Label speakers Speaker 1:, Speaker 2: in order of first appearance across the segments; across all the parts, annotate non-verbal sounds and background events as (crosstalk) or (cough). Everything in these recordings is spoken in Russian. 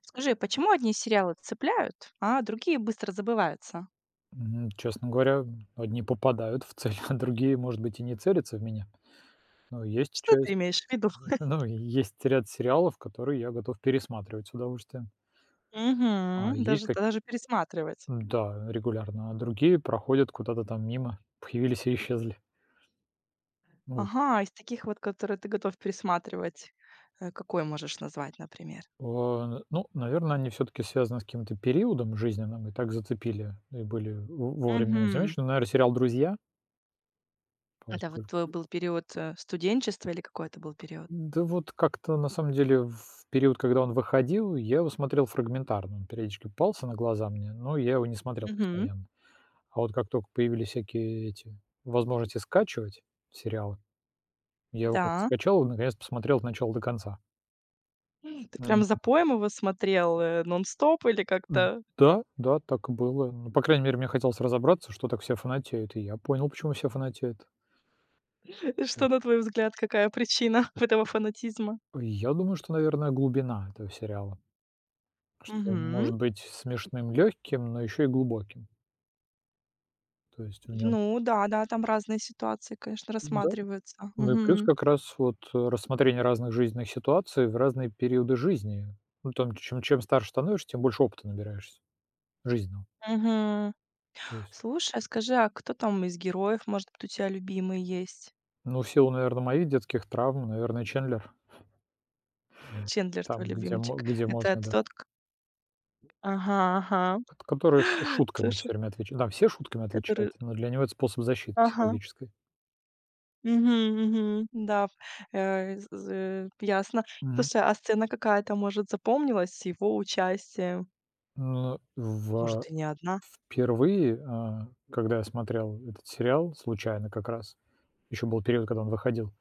Speaker 1: Скажи, почему одни сериалы цепляют, а другие быстро забываются?
Speaker 2: Мгм. Честно говоря, одни попадают в цель, (laughs) а другие, может быть, и не целятся в меня. Но есть
Speaker 1: Что ты
Speaker 2: часть,
Speaker 1: имеешь в виду?
Speaker 2: ну, есть ряд сериалов, которые я готов пересматривать с удовольствием.
Speaker 1: (laughs)
Speaker 2: А
Speaker 1: Мгм.
Speaker 2: есть
Speaker 1: Даже
Speaker 2: какие,
Speaker 1: даже пересматривать.
Speaker 2: да, регулярно, а другие проходят куда-то там мимо, (laughs) появились и исчезли. Вот.
Speaker 1: Ага, из таких вот, которые ты готов пересматривать, какой можешь назвать, например?
Speaker 2: А, ну, наверное, они все-таки связаны с каким-то периодом жизненным и так зацепили и были в вовремя
Speaker 1: Угу.
Speaker 2: замечены. Наверное, сериал "Друзья",
Speaker 1: Это вот твой
Speaker 2: поскольку...
Speaker 1: был период, студенчества или какой это был период?
Speaker 2: Да, вот как-то на самом деле в период, когда он выходил, я его смотрел фрагментарно. Он периодически попался на глаза мне, но я его не смотрел
Speaker 1: Угу.
Speaker 2: постоянно. А вот как только появились всякие эти возможности скачивать сериалы, я его как-то
Speaker 1: Да.
Speaker 2: скачал и наконец посмотрел от начала до конца.
Speaker 1: М, ты прям
Speaker 2: М,
Speaker 1: запоем его смотрел, нон-стоп или
Speaker 2: м,
Speaker 1: как-то?
Speaker 2: Да, да, так и было. Ну, по крайней мере, мне хотелось разобраться, что так все фанатеют, и я понял, почему все фанатеют.
Speaker 1: (laughs)
Speaker 2: М,
Speaker 1: Что, на твой взгляд, какая причина (laughs) этого фанатизма?
Speaker 2: Я думаю, что, наверное, глубина этого сериала, что он
Speaker 1: Угу.
Speaker 2: может быть смешным, легким, но еще и глубоким. То есть в нем...
Speaker 1: Ну да, да, там разные ситуации, конечно,
Speaker 2: Да.
Speaker 1: рассматриваются.
Speaker 2: Ну и плюс
Speaker 1: Мгм.
Speaker 2: как раз вот, рассмотрение разных жизненных ситуаций в разные периоды жизни. Ну, там, чем старше становишься, тем больше опыта набираешься жизненного.
Speaker 1: Мгм.
Speaker 2: То есть,
Speaker 1: Слушай, а скажи, а кто там из героев, может быть, у тебя любимый есть?
Speaker 2: ну, в силу, наверное, моих детских травм, наверное, Чендлер.
Speaker 1: Чендлер твой
Speaker 2: Там, где мо
Speaker 1: любимчик.
Speaker 2: где
Speaker 1: Это
Speaker 2: можно, да.
Speaker 1: тот, к Ага, ага.
Speaker 2: Кот, который шу
Speaker 1: (laughs)
Speaker 2: шутками
Speaker 1: Слушай,
Speaker 2: всё время отвеча... Да, все шутками отвечают,
Speaker 1: который
Speaker 2: но для него это способ защиты
Speaker 1: Ага.
Speaker 2: психологической.
Speaker 1: Мгм, мгм. Да, ясно.
Speaker 2: Мгм.
Speaker 1: Слушай, а сцена какая-то, может, запомнилась с его участием?
Speaker 2: Но
Speaker 1: Может, и не одна?
Speaker 2: впервые, когда я смотрел этот сериал случайно как раз, еще был период, когда он выходил...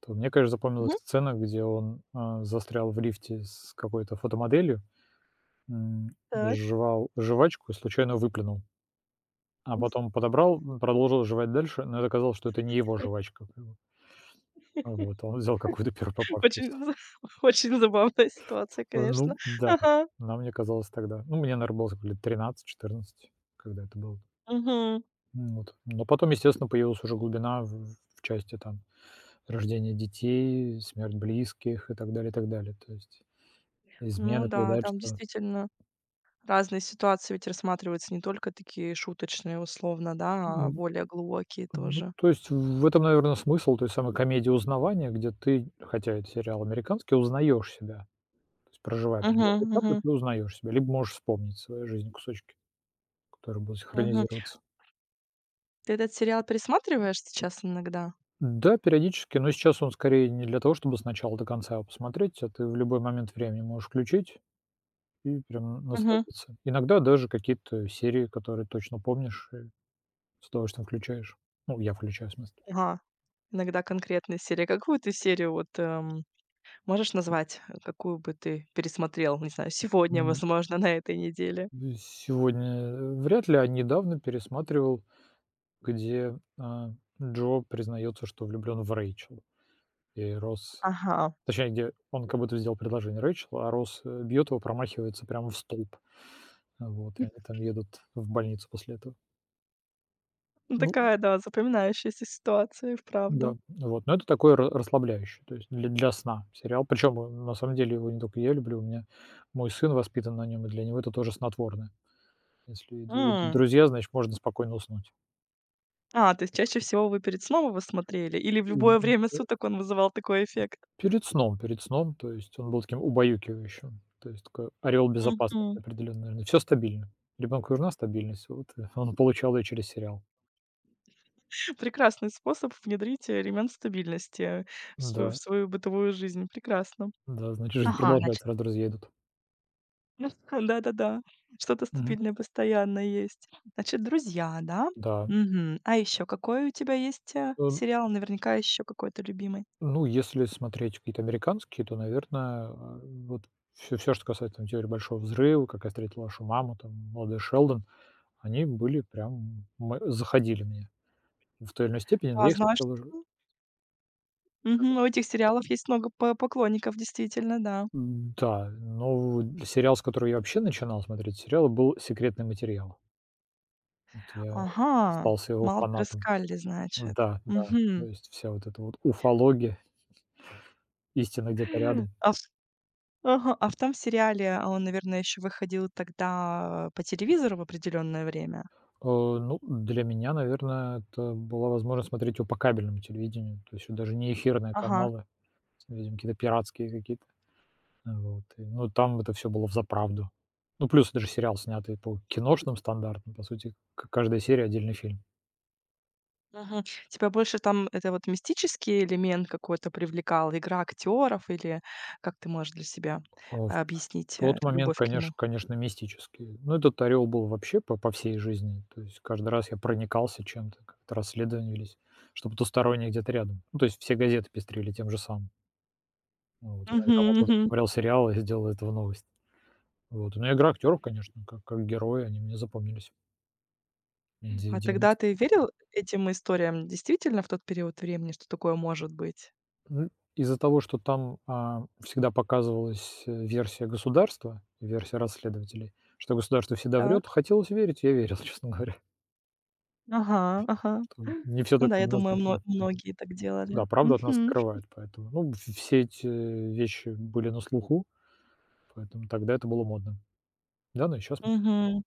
Speaker 2: То мне, конечно, запомнилась
Speaker 1: Мгм.
Speaker 2: сцена, где он, застрял в лифте с какой-то фотомоделью, м,
Speaker 1: Так.
Speaker 2: жевал жвачку и случайно выплюнул, а потом подобрал, продолжил жевать дальше, но это оказалось, что это не его жвачка была. Вот,
Speaker 1: (laughs)
Speaker 2: он взял какую-то первую попавшуюся.
Speaker 1: Очень за (laughs) очень забавная ситуация,
Speaker 2: Ну
Speaker 1: конечно.
Speaker 2: да,
Speaker 1: Ага.
Speaker 2: нам мне казалось тогда. Ну, мне, наверно, было сколько лет 13-14, когда это было.
Speaker 1: Мгм.
Speaker 2: Вот. Но потом, естественно, появилась уже глубина в части там рождения детей, смерть близких и так далее, и так далее. То есть
Speaker 1: Ну
Speaker 2: измены,
Speaker 1: да, там
Speaker 2: предательство.
Speaker 1: действительно разные ситуации ведь рассматриваются, не только такие шуточные условно, да, а
Speaker 2: Ну
Speaker 1: более глубокие
Speaker 2: ну,
Speaker 1: тоже.
Speaker 2: то есть в этом, наверное, смысл той самой комедии узнавания, где ты, хотя это сериал американский, узнаешь себя. То есть, проживая определенные
Speaker 1: Мгм,
Speaker 2: этапы,
Speaker 1: мгм,
Speaker 2: ты узнаешь себя, либо можешь вспомнить свою жизнь, кусочки, которые будут
Speaker 1: мгм.
Speaker 2: синхронизироваться.
Speaker 1: Ты этот сериал пересматриваешь сейчас иногда?
Speaker 2: Да, периодически, но сейчас он скорее не для того, чтобы с начала до конца его посмотреть, а ты в любой момент времени можешь включить и прям
Speaker 1: Мгм.
Speaker 2: насладиться. Иногда даже какие-то серии, которые точно помнишь, и с удовольствием включаешь. Ну, я включаю, в смысле.
Speaker 1: Ага, иногда конкретные серии. Какую ты серию вот, можешь назвать, какую бы ты пересмотрел, не знаю, сегодня, возможно, на этой неделе?
Speaker 2: Сегодня вряд ли, а недавно пересматривал, где, Джо признается, что влюблен в Рэйчел. И Росс,
Speaker 1: Ага.
Speaker 2: точнее, где он как будто сделал предложение Рэйчел, а Росс, бьет его, промахивается прямо в столб. Вот, и они там едут в больницу после этого.
Speaker 1: Ну
Speaker 2: Ну
Speaker 1: такая, да, запоминающаяся ситуация и вправду.
Speaker 2: да, вот, но это такое ра расслабляющее, то есть для сна сериал. Причем, на самом деле его не только я люблю, у меня мой сын воспитан на нем, и для него это тоже снотворное. Если идут друзья, значит, можно спокойно уснуть.
Speaker 1: А, то есть чаще всего вы перед сном его смотрели или в любое
Speaker 2: М,
Speaker 1: время суток он вызывал такой эффект?
Speaker 2: Перед сном, перед сном, то есть он был таким убаюкивающим. То есть такой ореол безопасности
Speaker 1: Мгм.
Speaker 2: определенный, наверное. Всё стабильно. Ребенку нужна стабильность, вот, он получал ее через сериал.
Speaker 1: (laughs) Прекрасный способ внедрить элемент стабильности в
Speaker 2: Да,
Speaker 1: свою бытовую жизнь. Прекрасно.
Speaker 2: да, значит, жизнь
Speaker 1: Ага, значит.
Speaker 2: продолжается, раз друзья идут.
Speaker 1: Ну, (laughs) да-да-да. Что-то
Speaker 2: Мгм.
Speaker 1: стабильное постоянно есть. Значит, "Друзья", да?
Speaker 2: Да.
Speaker 1: Мгм. А еще какой у тебя есть,
Speaker 2: Э,
Speaker 1: сериал? Наверняка еще какой-то любимый.
Speaker 2: ну, если смотреть какие-то американские, то, наверное, вот все, что касается там "Теории большого взрыва", "Как я встретил вашу маму", там "Молодой Шелдон", они были прям... мы заходили мне в той или иной степени, но
Speaker 1: А,
Speaker 2: я их
Speaker 1: знаешь
Speaker 2: смотрел...
Speaker 1: что? Мгм. У этих сериалов есть много по поклонников, действительно, да.
Speaker 2: Да, ну, вот сериал, с которого я вообще начинал смотреть сериалы, был "Секретный материал". Вот я
Speaker 1: Ага,
Speaker 2: остался его
Speaker 1: Малдер и
Speaker 2: фанатом.
Speaker 1: Скалли, значит.
Speaker 2: Да, да, то
Speaker 1: Мгм.
Speaker 2: есть вся вот эта вот уфология, истина где-то рядом.
Speaker 1: А в ага, а в том сериале, а он, наверное, еще выходил тогда по телевизору в определенное время?
Speaker 2: Ну, для меня, наверное, это была возможность смотреть его по кабельному телевидению, то есть вот даже не эфирные
Speaker 1: Ага,
Speaker 2: каналы, видимо, какие-то пиратские какие-то. Вот, и, ну, там это все было в заправду. Ну, плюс даже сериал, снятый по киношным стандартам, по сути, к каждая серия — отдельный фильм.
Speaker 1: мгм. Тебя больше там это вот мистический элемент какой-то привлекал, игра актеров или как ты можешь для себя
Speaker 2: В
Speaker 1: объяснить,
Speaker 2: тот момент,
Speaker 1: любовь к нему?
Speaker 2: конечно, мистический. Ну, этот "Орел" был вообще по всей жизни. То есть каждый раз я проникался чем-то, как-то расследования велись, что потустороннее где-то рядом. Ну, то есть все газеты пестрили тем же самым. Ну, вот,
Speaker 1: Мгм,
Speaker 2: иногда, может, кто
Speaker 1: мгм.
Speaker 2: посмотрел сериал и сделал из этого новость. Вот. Ну, игра актеров, конечно, как герои, они мне запомнились. Де...
Speaker 1: А тогда
Speaker 2: девяносто...
Speaker 1: ты верил этим историям действительно в тот период времени, что такое может быть?
Speaker 2: М, из-за того, что там, всегда показывалась, версия государства, версия расследователей, что государство всегда врет,
Speaker 1: Так.
Speaker 2: хотелось верить, я верил, (laughs) честно говоря.
Speaker 1: Ага, ага.
Speaker 2: Там не все
Speaker 1: Ну
Speaker 2: так
Speaker 1: да, я думаю,
Speaker 2: однозначно. Да,
Speaker 1: многие так делали.
Speaker 2: да, правду от нас
Speaker 1: Мгм.
Speaker 2: скрывают, поэтому, ну, в все эти вещи были на слуху, поэтому тогда это было модно. Да, ну и щас модно.
Speaker 1: Мгм.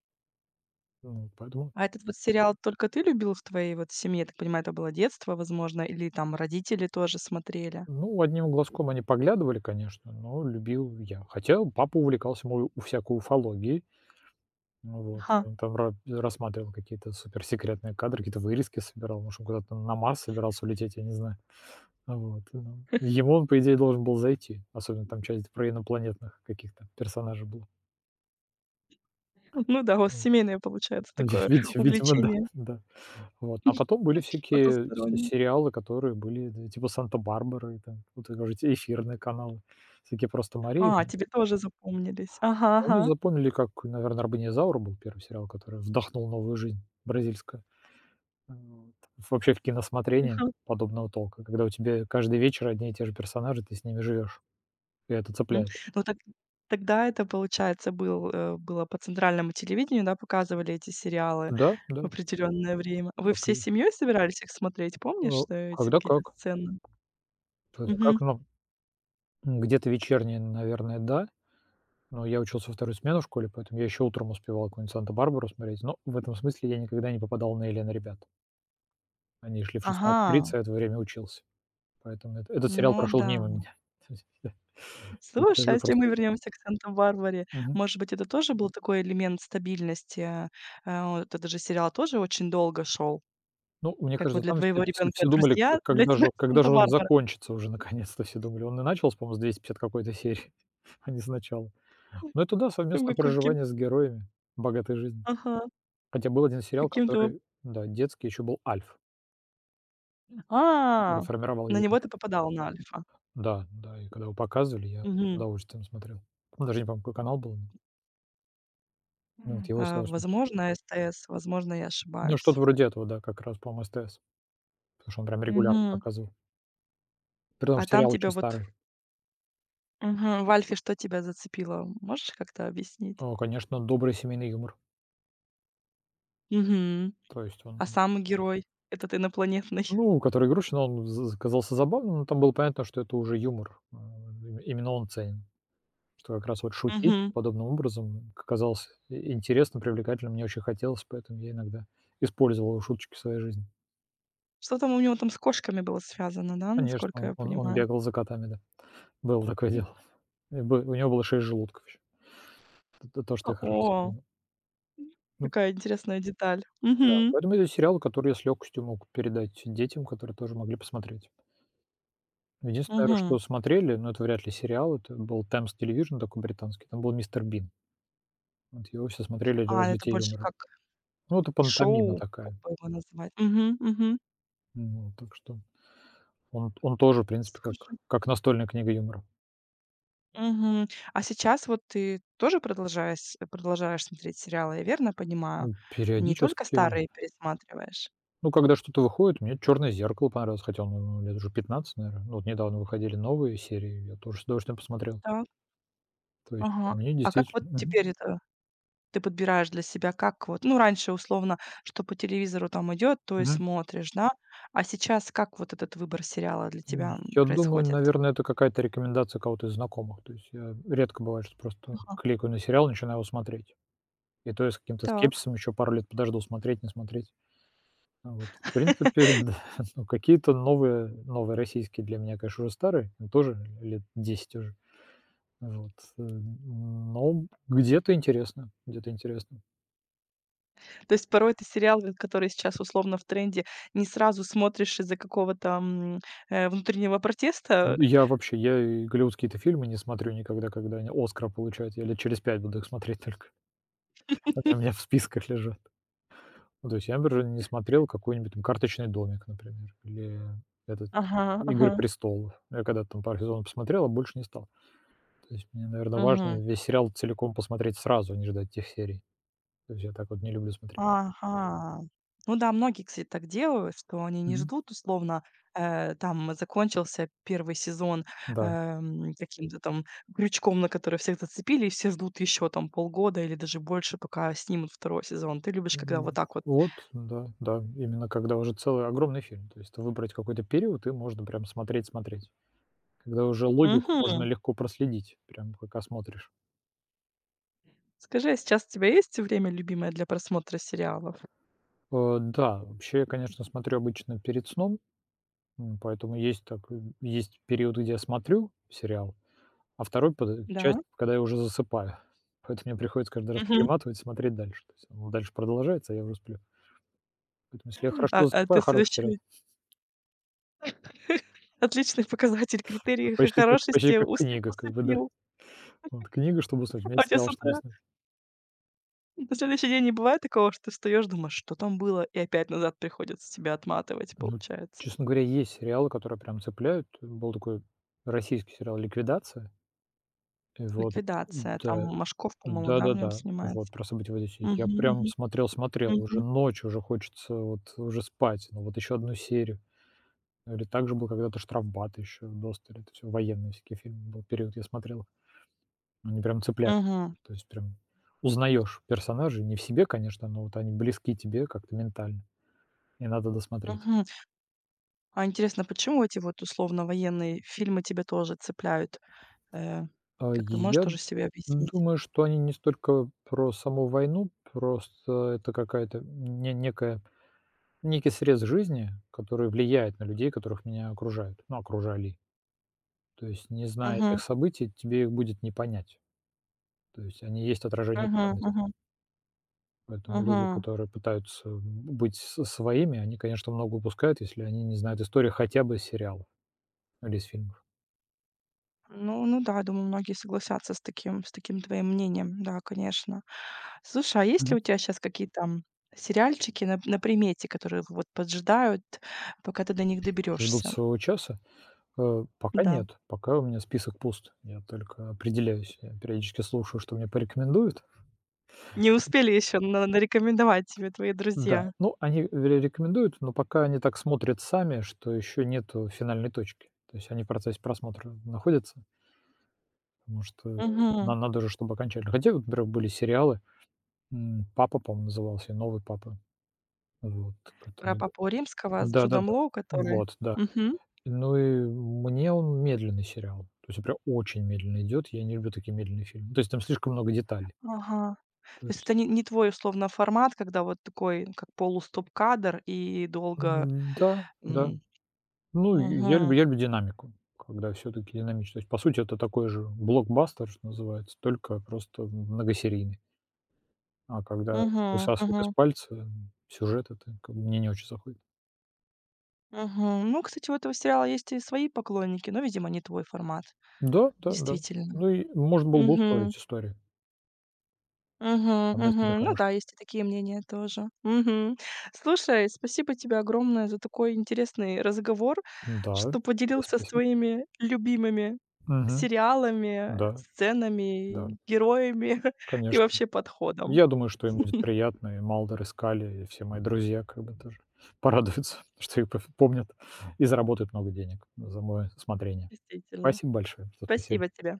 Speaker 2: Ну, поэтому,
Speaker 1: А этот вот сериал только ты любил в твоей вот семье? Я так понимаю, это было детство, возможно, или там родители тоже смотрели?
Speaker 2: ну, одним глазком они поглядывали, конечно, но любил я. Хотя папа увлекался мой у всякой уфологией. Ну вот.
Speaker 1: Ага.
Speaker 2: Он там ра рассматривал какие-то суперсекретные кадры, какие-то вырезки собирал. Может, он куда-то на Марс собирался улететь, я не знаю. Вот, ну, ему он, по идее, должен был зайти. Особенно там часть про инопланетных каких-то персонажей была.
Speaker 1: (laughs) Ну да, у вас семейное получается
Speaker 2: Ви
Speaker 1: такое
Speaker 2: види видимо, да,
Speaker 1: увлечение
Speaker 2: да. Вот. А потом были всякие се
Speaker 1: потусторонним.
Speaker 2: сериалы, которые были, да, типа "Санта-Барбары", там, вот вы говорите, эфирные каналы, всякие "Просто Мария".
Speaker 1: А, тебе тоже запомнились. Ага,
Speaker 2: Они
Speaker 1: ага.
Speaker 2: запомнили, как, наверное, "Арбанизаура" был первый сериал, который вдохнул новую жизнь бразильскую. Вот. Вообще в киносмотрении
Speaker 1: Мгм.
Speaker 2: подобного толка, когда у тебя каждый вечер одни и те же персонажи, ты с ними живешь, и это
Speaker 1: М.
Speaker 2: цепляет.
Speaker 1: Ну так тогда это, получается, был, было по центральному телевидению, да, показывали эти сериалы
Speaker 2: Да,
Speaker 1: в
Speaker 2: да,
Speaker 1: определенное время. Вы
Speaker 2: так и
Speaker 1: всей
Speaker 2: есть.
Speaker 1: семьей собирались их смотреть?
Speaker 2: Э,
Speaker 1: Помнишь, что эти
Speaker 2: когда
Speaker 1: какие-то
Speaker 2: как.
Speaker 1: сцены?
Speaker 2: Когда
Speaker 1: Мгм.
Speaker 2: как, ну, где-то вечерние, наверное, да. Но я учился вторую смену в школе, поэтому я еще утром успевал какую-нибудь "Санта-Барбару" смотреть. Но в этом смысле я никогда не попадал на "Элен ребят". Они шли в
Speaker 1: Ага.
Speaker 2: 16:30, а я в это время учился. Поэтому эт этот сериал
Speaker 1: Ну
Speaker 2: прошел
Speaker 1: да.
Speaker 2: мимо меня. (laughs) То есть я
Speaker 1: Слушай, а
Speaker 2: сижу и
Speaker 1: если мы
Speaker 2: просто улыбаюсь.
Speaker 1: вернемся к Санта-Барбаре,
Speaker 2: Мгм.
Speaker 1: может быть, это тоже был такой элемент стабильности? А, вот этот же сериал тоже очень долго шел.
Speaker 2: Ну, мне
Speaker 1: Как вот
Speaker 2: кажется,
Speaker 1: для
Speaker 2: там все
Speaker 1: твоего
Speaker 2: все
Speaker 1: ребенка
Speaker 2: все думали, к
Speaker 1: "Друзья", для тебя (laughs)
Speaker 2: когда же он
Speaker 1: "Санта-Барбара".
Speaker 2: закончится уже наконец-то, все думали. Он и начался, по-моему, с 250 какой-то серии, (laughs) а не сначала. Но это да,
Speaker 1: Там
Speaker 2: совместное
Speaker 1: какой ким
Speaker 2: проживание с героями богатой жизни.
Speaker 1: Ага.
Speaker 2: Хотя был один сериал,
Speaker 1: Каким-то вот
Speaker 2: который, да, детский, еще был "Альф", который
Speaker 1: А!
Speaker 2: формировал
Speaker 1: На
Speaker 2: её...
Speaker 1: него ты попадал, на "Альфа".
Speaker 2: Да, да, и когда его показывали, я с
Speaker 1: Мгм.
Speaker 2: удовольствием смотрел. Ну, даже не помню, какой канал был, но, ну, вот его я с
Speaker 1: А,
Speaker 2: удовольствием смотрел.
Speaker 1: возможно, СТС, возможно, я
Speaker 2: Ну,
Speaker 1: ошибаюсь.
Speaker 2: что-то вроде этого, да, как раз, по-моему, СТС, потому что он прям регулярно
Speaker 1: Мгм.
Speaker 2: показывал. При том,
Speaker 1: А
Speaker 2: что
Speaker 1: там
Speaker 2: сериал
Speaker 1: тебя
Speaker 2: очень
Speaker 1: вот
Speaker 2: старый.
Speaker 1: Мгм. В "Альфе" что тебя зацепило? Можешь как-то объяснить?
Speaker 2: О, конечно, добрый семейный юмор.
Speaker 1: Мгм.
Speaker 2: То есть он,
Speaker 1: А сам герой этот инопланетный.
Speaker 2: ну, который Грушин, он з казался забавным, но там было понятно, что это уже юмор. Им именно он ценен. Что как раз вот шутить
Speaker 1: Мгм.
Speaker 2: подобным образом казалось и интересным, привлекательным. Мне очень хотелось, поэтому я иногда использовал его шуточки в своей жизни.
Speaker 1: Что там у него там с кошками было связано, да,
Speaker 2: Конечно,
Speaker 1: насколько
Speaker 2: он
Speaker 1: я
Speaker 2: он он
Speaker 1: понимаю?
Speaker 2: бегал за котами, да. Было такое дело. И бы у него было 6 желудков еще. Это то, что
Speaker 1: А,
Speaker 2: я хорошо
Speaker 1: о,
Speaker 2: запомнил. Ну
Speaker 1: какая интересная деталь.
Speaker 2: да,
Speaker 1: Мгм.
Speaker 2: поэтому это сериал, который я с легкостью мог передать детям, которые тоже могли посмотреть. Единственное, наверно,
Speaker 1: Мгм.
Speaker 2: что смотрели, но это вряд ли сериал, это был Times Television такой британский, там был "Мистер Бин". Вот его все смотрели для
Speaker 1: А, это
Speaker 2: развития
Speaker 1: больше
Speaker 2: юмора.
Speaker 1: как
Speaker 2: Ну, это пантомима
Speaker 1: шоу, как
Speaker 2: такая.
Speaker 1: бы его назвать. Мгм, мгм.
Speaker 2: Ну, так что он тоже, в принципе, как
Speaker 1: Слушай.
Speaker 2: как настольная книга юмора.
Speaker 1: Мгм. А сейчас вот ты тоже продолжаешь смотреть сериалы, я верно понимаю?
Speaker 2: Ну,
Speaker 1: Не только
Speaker 2: периодически...
Speaker 1: старые пересматриваешь?
Speaker 2: Ну, когда что-то выходит, мне "Черное зеркало" понравилось, хотя оно лет уже 15, наверное. Ну, вот недавно выходили новые серии, я тоже с удовольствием посмотрел.
Speaker 1: Так.
Speaker 2: То есть
Speaker 1: Ага.
Speaker 2: они
Speaker 1: А как вот
Speaker 2: действительно... Мгм.
Speaker 1: теперь это Ты подбираешь для себя, как вот, ну, раньше условно, что по телевизору там идет, то и
Speaker 2: Мгм.
Speaker 1: смотришь, да? А сейчас как вот этот выбор сериала для
Speaker 2: М,
Speaker 1: тебя,
Speaker 2: я думаю,
Speaker 1: происходит?
Speaker 2: наверное, это какая-то рекомендация кого-то из знакомых. То есть я редко бывает, что просто
Speaker 1: Ага,
Speaker 2: кликаю на сериал, начинаю его смотреть. И то я с каким-то
Speaker 1: так.
Speaker 2: скепсисом еще пару лет подожду, смотреть, не смотреть. А вот, в
Speaker 1: (laughs)
Speaker 2: принципе, (laughs) да, ну, какие-то новые российские для меня, конечно, уже старые, но тоже лет 10 уже. Вот, но где-то интересно, где-то интересно.
Speaker 1: То есть порой ты сериал, вот который сейчас условно в тренде, не сразу смотришь из-за какого-то, внутреннего протеста?
Speaker 2: Я вообще, я и голливудские-то фильмы не смотрю никогда, когда они "Оскара" получают. Я лет через 5 буду их смотреть только. Они у меня в списках лежат. Ну, то есть я, например, не смотрел какой-нибудь там "Карточный домик", например, или этот
Speaker 1: Ага,
Speaker 2: "Игры
Speaker 1: ага.
Speaker 2: престолов". Я когда-то там пару сезонов посмотрел, а больше не стал. То есть мне, наверное, важно
Speaker 1: Мгм.
Speaker 2: весь сериал целиком посмотреть сразу, а не ждать тех серий. То есть я так вот не люблю смотреть.
Speaker 1: Ага. Ну да, многие, кстати, так делают, что они не
Speaker 2: Мгм.
Speaker 1: ждут, условно, там закончился первый сезон,
Speaker 2: Да.
Speaker 1: каким-то там крючком, на который всех зацепили, и все ждут еще там полгода или даже больше, пока снимут второй сезон. Ты любишь, когда
Speaker 2: М,
Speaker 1: вот так вот?
Speaker 2: вот, да, да, именно когда уже целый огромный фильм. То есть выбрать какой-то период и можно прям смотреть, смотреть. Когда уже логику можно
Speaker 1: Мгм.
Speaker 2: легко проследить, прям пока смотришь.
Speaker 1: Скажи, а сейчас у тебя есть время любимое для просмотра сериалов?
Speaker 2: Да, вообще я, конечно, смотрю обычно перед сном, поэтому есть есть период, где я смотрю сериал, а второй под часть,
Speaker 1: Да?
Speaker 2: когда я уже засыпаю. (laughs) Поэтому мне приходится каждый раз
Speaker 1: Мгм.
Speaker 2: перематывать, смотреть дальше. То есть оно дальше продолжается, а я уже сплю. Поэтому если я хорошо
Speaker 1: А ты
Speaker 2: засыпаю, хороший сериал.
Speaker 1: следующий (laughs) отличный показатель, критерий х
Speaker 2: Почти как почти
Speaker 1: хорошести
Speaker 2: как
Speaker 1: усы
Speaker 2: книга, как бы, да.
Speaker 1: усыпил.
Speaker 2: Вот книга, чтобы уснуть. У меня
Speaker 1: А у
Speaker 2: есть
Speaker 1: тебя с
Speaker 2: сериал, чтобы
Speaker 1: утра
Speaker 2: уснуть.
Speaker 1: На следующий день не бывает такого, что ты встаёшь, думаешь, что там было, и опять назад приходится тебя отматывать,
Speaker 2: Ну,
Speaker 1: получается.
Speaker 2: честно говоря, есть сериалы, которые прям цепляют. Был такой российский сериал "Ликвидация". И вот,
Speaker 1: Ликвидация. Там
Speaker 2: да,
Speaker 1: Машков, по-моему, да, в нем
Speaker 2: да-да-да, вот
Speaker 1: снимается?
Speaker 2: про события в Одессе. Я
Speaker 1: Мгм,
Speaker 2: прям
Speaker 1: мгм,
Speaker 2: смотрел, смотрел, уже
Speaker 1: мгм,
Speaker 2: ночью уже хочется вот уже спать, но вот еще одну серию. Или также был когда-то "Штрафбат" еще, "Досталь". Это всё военные всякие фильмы, был период, я смотрел. Они прям цепляют.
Speaker 1: мгм,
Speaker 2: То есть прям узнаешь персонажей, не в себе, конечно, но вот они близки тебе как-то ментально, и надо досмотреть.
Speaker 1: мгм. А интересно, почему эти вот условно-военные фильмы тебя тоже цепляют? Э, как ты можешь
Speaker 2: Я
Speaker 1: тоже себе объяснить?
Speaker 2: думаю, что они не столько про саму войну, просто это какая-то не некая, некий срез жизни, который влияет на людей, которых меня окружают, ну, окружали. То есть, не зная
Speaker 1: Мгм,
Speaker 2: этих событий, тебе их будет не понять. То есть они есть отражение
Speaker 1: мгм,
Speaker 2: ценностей.
Speaker 1: мгм,
Speaker 2: Поэтому люди,
Speaker 1: мгм.
Speaker 2: которые пытаются быть с своими, они, конечно, много упускают, если они не знают истории хотя бы из сериалов или из фильмов.
Speaker 1: Ну ну да, думаю, многие согласятся с таким твоим мнением. Да, конечно. Слушай, а есть
Speaker 2: Мгм.
Speaker 1: ли у тебя сейчас какие-то, сериальчики на примете, которые вот поджидают, пока ты до них
Speaker 2: Ждут
Speaker 1: доберешься?
Speaker 2: своего часа... пока
Speaker 1: Да.
Speaker 2: нет. Пока у меня список пуст. Я только определяюсь. Я периодически слушаю, что мне порекомендуют.
Speaker 1: Не успели еще на нарекомендовать тебе твои
Speaker 2: Да,
Speaker 1: друзья.
Speaker 2: ну, они ре рекомендуют, но пока они так смотрят сами, что еще нет финальной точки. То есть они в процессе просмотра находятся, потому что
Speaker 1: Мгм.
Speaker 2: нам надо же, чтобы окончательно. Хотя вот, например, были сериалы, "Папа", по-моему, назывался, и "Новый папа", вот,
Speaker 1: Про
Speaker 2: который...
Speaker 1: Папу Римского с Джудом
Speaker 2: Да-да-да.
Speaker 1: Лоу, который?
Speaker 2: Вот, да.
Speaker 1: Мгм.
Speaker 2: Ну и мне он медленный сериал. То есть он прям очень медленно идет. Я не люблю такие медленные фильмы. То есть там слишком много деталей.
Speaker 1: Ага. То
Speaker 2: То
Speaker 1: есть это
Speaker 2: есть,
Speaker 1: не не твой условно формат, когда вот такой, как полустоп-кадр и долго,
Speaker 2: да, да.
Speaker 1: м.
Speaker 2: Ну, и я
Speaker 1: Мгм.
Speaker 2: люблю я люблю динамику, когда все таки динамично. То есть, по сути, это такой же блокбастер, что называется, только просто многосерийный. А когда
Speaker 1: Мгм.
Speaker 2: высасывают из
Speaker 1: Мгм.
Speaker 2: пальца сюжет, это как бы мне не очень заходит.
Speaker 1: Мгм. Ну, кстати, у этого сериала есть и свои поклонники, но, видимо, не твой формат.
Speaker 2: Да, да, да.
Speaker 1: Действительно.
Speaker 2: Ну и можно было бы
Speaker 1: Мгм.
Speaker 2: ускорить историю.
Speaker 1: Мгм.
Speaker 2: Сама история
Speaker 1: Мгм. Ну да,
Speaker 2: хорошая.
Speaker 1: есть и такие мнения тоже. Мгм. Слушай, спасибо тебе огромное за такой интересный разговор,
Speaker 2: Да,
Speaker 1: что
Speaker 2: тебе
Speaker 1: поделился
Speaker 2: спасибо.
Speaker 1: своими любимыми
Speaker 2: Мгм.
Speaker 1: сериалами,
Speaker 2: Да, да,
Speaker 1: сценами, героями (laughs) и
Speaker 2: конечно.
Speaker 1: вообще подходом.
Speaker 2: Я думаю, что им будет приятно, и Малдер, и Скали, и все мои друзья как бы тоже порадуются, (laughs) что их пов помнят и заработают много денег за мое смотрение.
Speaker 1: Действительно.
Speaker 2: Спасибо большое за беседу.
Speaker 1: Спасибо тебе.